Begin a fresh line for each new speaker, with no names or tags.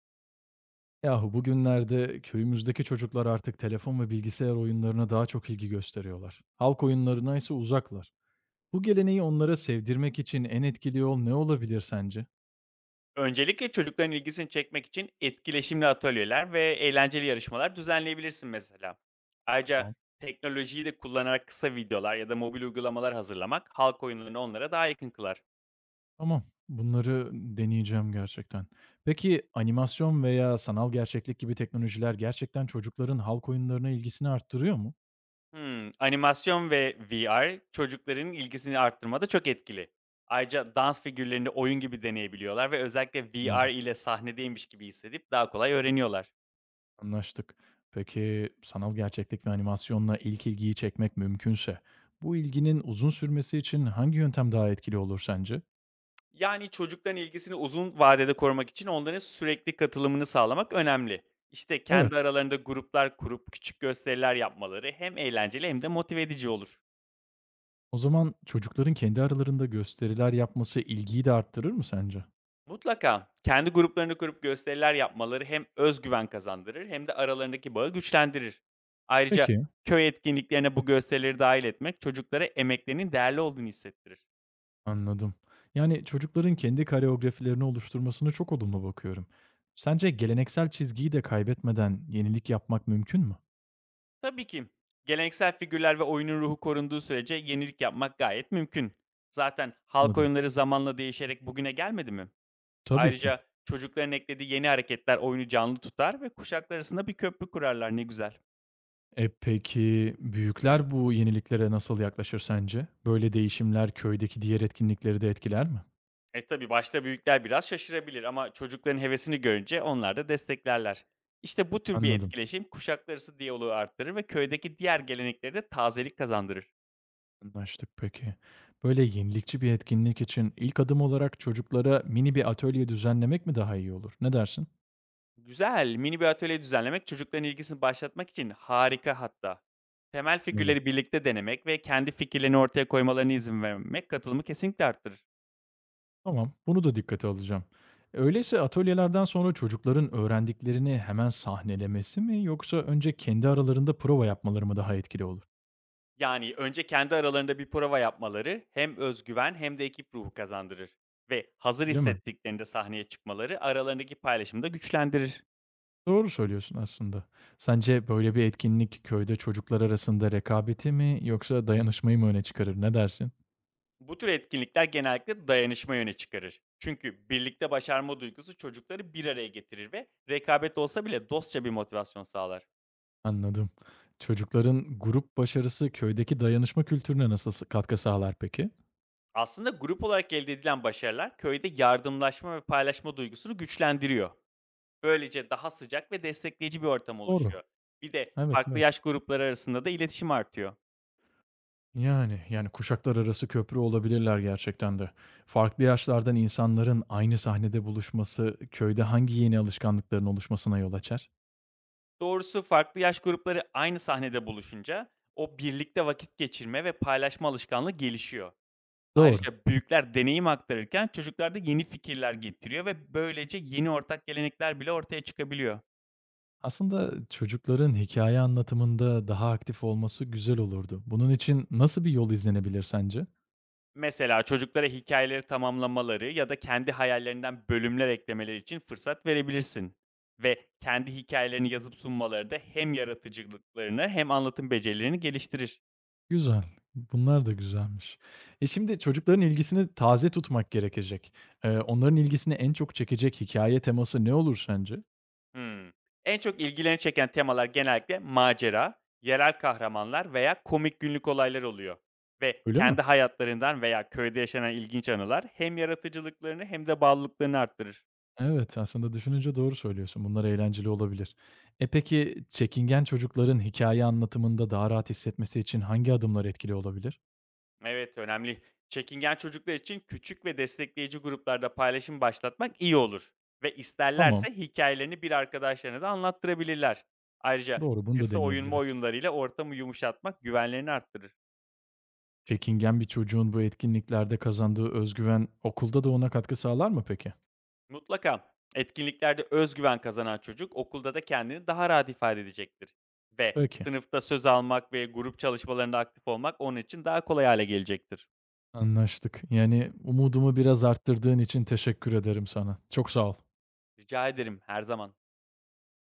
Yahu bugünlerde köyümüzdeki çocuklar artık telefon ve bilgisayar oyunlarına daha çok ilgi gösteriyorlar. Halk oyunlarına ise uzaklar. Bu geleneği onlara sevdirmek için en etkili yol ne olabilir sence?
Öncelikle çocukların ilgisini çekmek için etkileşimli atölyeler ve eğlenceli yarışmalar düzenleyebilirsin mesela. Ayrıca
Tamam.
teknolojiyi de kullanarak kısa videolar ya da mobil uygulamalar hazırlamak halk oyunlarını onlara daha yakın kılar.
Tamam. Bunları deneyeceğim gerçekten. Peki animasyon veya sanal gerçeklik gibi teknolojiler gerçekten çocukların halk oyunlarına ilgisini arttırıyor mu?
Animasyon ve VR çocukların ilgisini arttırmada çok etkili. Ayrıca dans figürlerini oyun gibi deneyebiliyorlar ve özellikle
Anladım.
VR ile sahnedeymiş gibi hissedip daha kolay öğreniyorlar.
Anlaştık. Peki sanal gerçeklik ve animasyonla ilk ilgiyi çekmek mümkünse, bu ilginin uzun sürmesi için hangi yöntem daha etkili olur sence?
Yani, çocukların ilgisini uzun vadede korumak için onların sürekli katılımını sağlamak önemli. İşte, kendi
Evet.
aralarında gruplar kurup küçük gösteriler yapmaları hem eğlenceli hem de motive edici olur.
O zaman çocukların kendi aralarında gösteriler yapması ilgiyi de arttırır mı sence?
Mutlaka kendi gruplarını kurup gösteriler yapmaları hem öz güven kazandırır hem de aralarındaki bağı güçlendirir. Ayrıca
Peki.
köy etkinliklerine bu gösterileri dahil etmek çocuklara emeklerinin değerli olduğunu hissettirir.
Anladım. Yani çocukların kendi koreografilerini oluşturmasını çok olumlu bakıyorum. Sence geleneksel çizgiyi de kaybetmeden yenilik yapmak mümkün mü?
Tabii ki. Geleneksel figürler ve oyunun ruhu korunduğu sürece yenilik yapmak gayet mümkün. Zaten halk
Anladım.
oyunları zamanla değişerek bugüne gelmedi mi?
Tabii ki.
Ayrıca çocukların eklediği yeni hareketler oyunu canlı tutar ve kuşaklar arasında bir köprü kurarlar ne güzel.
Peki büyükler bu yeniliklere nasıl yaklaşır sence? Böyle değişimler köydeki diğer etkinlikleri de etkiler mi?
E tabii başta büyükler biraz şaşırabilir, ama çocukların hevesini görünce onlar da desteklerler. İşte bu tür bir
Anladım.
etkileşim kuşaklar arası diyaloğu arttırır ve köydeki diğer gelenekleri de tazelik kazandırır.
Anlaştık peki. Böyle yenilikçi bir etkinlik için ilk adım olarak çocuklara mini bir atölye düzenlemek mi daha iyi olur? Ne dersin?
Güzel, mini bir atölye düzenlemek çocukların ilgisini başlatmak için harika hatta. Temel
Anladım.
figürleri birlikte denemek ve kendi fikirlerini ortaya koymalarına izin vermek katılımı kesinlikle arttırır.
Tamam, bunu da dikkate alacağım. Öyleyse atölyelerden sonra çocukların öğrendiklerini hemen sahnelemesi mi yoksa önce kendi aralarında prova yapmaları mı daha etkili olur?
Yani önce kendi aralarında bir prova yapmaları hem özgüven hem de ekip ruhu kazandırır. Ve hazır
Öyle mi?
hissettiklerinde sahneye çıkmaları aralarındaki paylaşımı da güçlendirir.
Doğru söylüyorsun aslında. Sence böyle bir etkinlik köyde çocuklar arasında rekabeti mi yoksa dayanışmayı mı öne çıkarır? Ne dersin?
Bu tür etkinlikler genellikle dayanışma yöne çıkarır. Çünkü birlikte başarma duygusu çocukları bir araya getirir ve rekabet olsa bile dostça bir motivasyon sağlar.
Anladım. Çocukların grup başarısı köydeki dayanışma kültürüne nasıl katkı sağlar peki?
Aslında grup olarak elde edilen başarılar köyde yardımlaşma ve paylaşma duygusunu güçlendiriyor. Böylece daha sıcak ve destekleyici bir ortam
Doğru.
oluşuyor. Bir de
Evet,
farklı yaş
evet.
grupları arasında da iletişim artıyor.
Yani, kuşaklar arası köprü olabilirler gerçekten de. Farklı yaşlardan insanların aynı sahnede buluşması köyde hangi yeni alışkanlıkların oluşmasına yol açar?
Doğrusu farklı yaş grupları aynı sahnede buluşunca o birlikte vakit geçirme ve paylaşma alışkanlığı gelişiyor.
Doğru.
Ayrıca büyükler deneyim aktarırken çocuklar da yeni fikirler getiriyor ve böylece yeni ortak gelenekler bile ortaya çıkabiliyor.
Aslında çocukların hikaye anlatımında daha aktif olması güzel olurdu. Bunun için nasıl bir yol izlenebilir sence?
Mesela çocuklara hikayeleri tamamlamaları ya da kendi hayallerinden bölümler eklemeleri için fırsat verebilirsin. Ve kendi hikayelerini yazıp sunmaları da hem yaratıcılıklarını hem anlatım becerilerini geliştirir.
Güzel. Bunlar da güzelmiş. Şimdi çocukların ilgisini taze tutmak gerekecek. Onların ilgisini en çok çekecek hikaye teması ne olur sence?
Hmm. En çok ilgilerini çeken temalar genellikle macera, yerel kahramanlar veya komik günlük olaylar oluyor. Ve
Öyle mi?
kendi hayatlarından veya köyde yaşanan ilginç anılar hem yaratıcılıklarını hem de bağlılıklarını arttırır.
Evet, aslında düşününce doğru söylüyorsun. Bunlar eğlenceli olabilir. Peki çekingen çocukların hikaye anlatımında daha rahat hissetmesi için hangi adımlar etkili olabilir?
Evet, önemli. Çekingen çocuklar için küçük ve destekleyici gruplarda paylaşım başlatmak iyi olur. Ve isterlerse
Tamam,
hikayelerini bir arkadaşlarına da anlattırabilirler. Ayrıca
doğru. Bunu da
kısa oyunma
deneyebiliriz.
oyunlarıyla ortamı yumuşatmak güvenlerini arttırır.
Çekingen bir çocuğun bu etkinliklerde kazandığı özgüven okulda da ona katkı sağlar mı peki?
Mutlaka etkinliklerde özgüven kazanan çocuk okulda da kendini daha rahat ifade edecektir. Ve
Peki,
sınıfta söz almak ve grup çalışmalarında aktif olmak onun için daha kolay hale gelecektir.
anlaştık. Yani umudumu biraz arttırdığın için teşekkür ederim sana. Çok sağ ol.
Rica ederim, her zaman.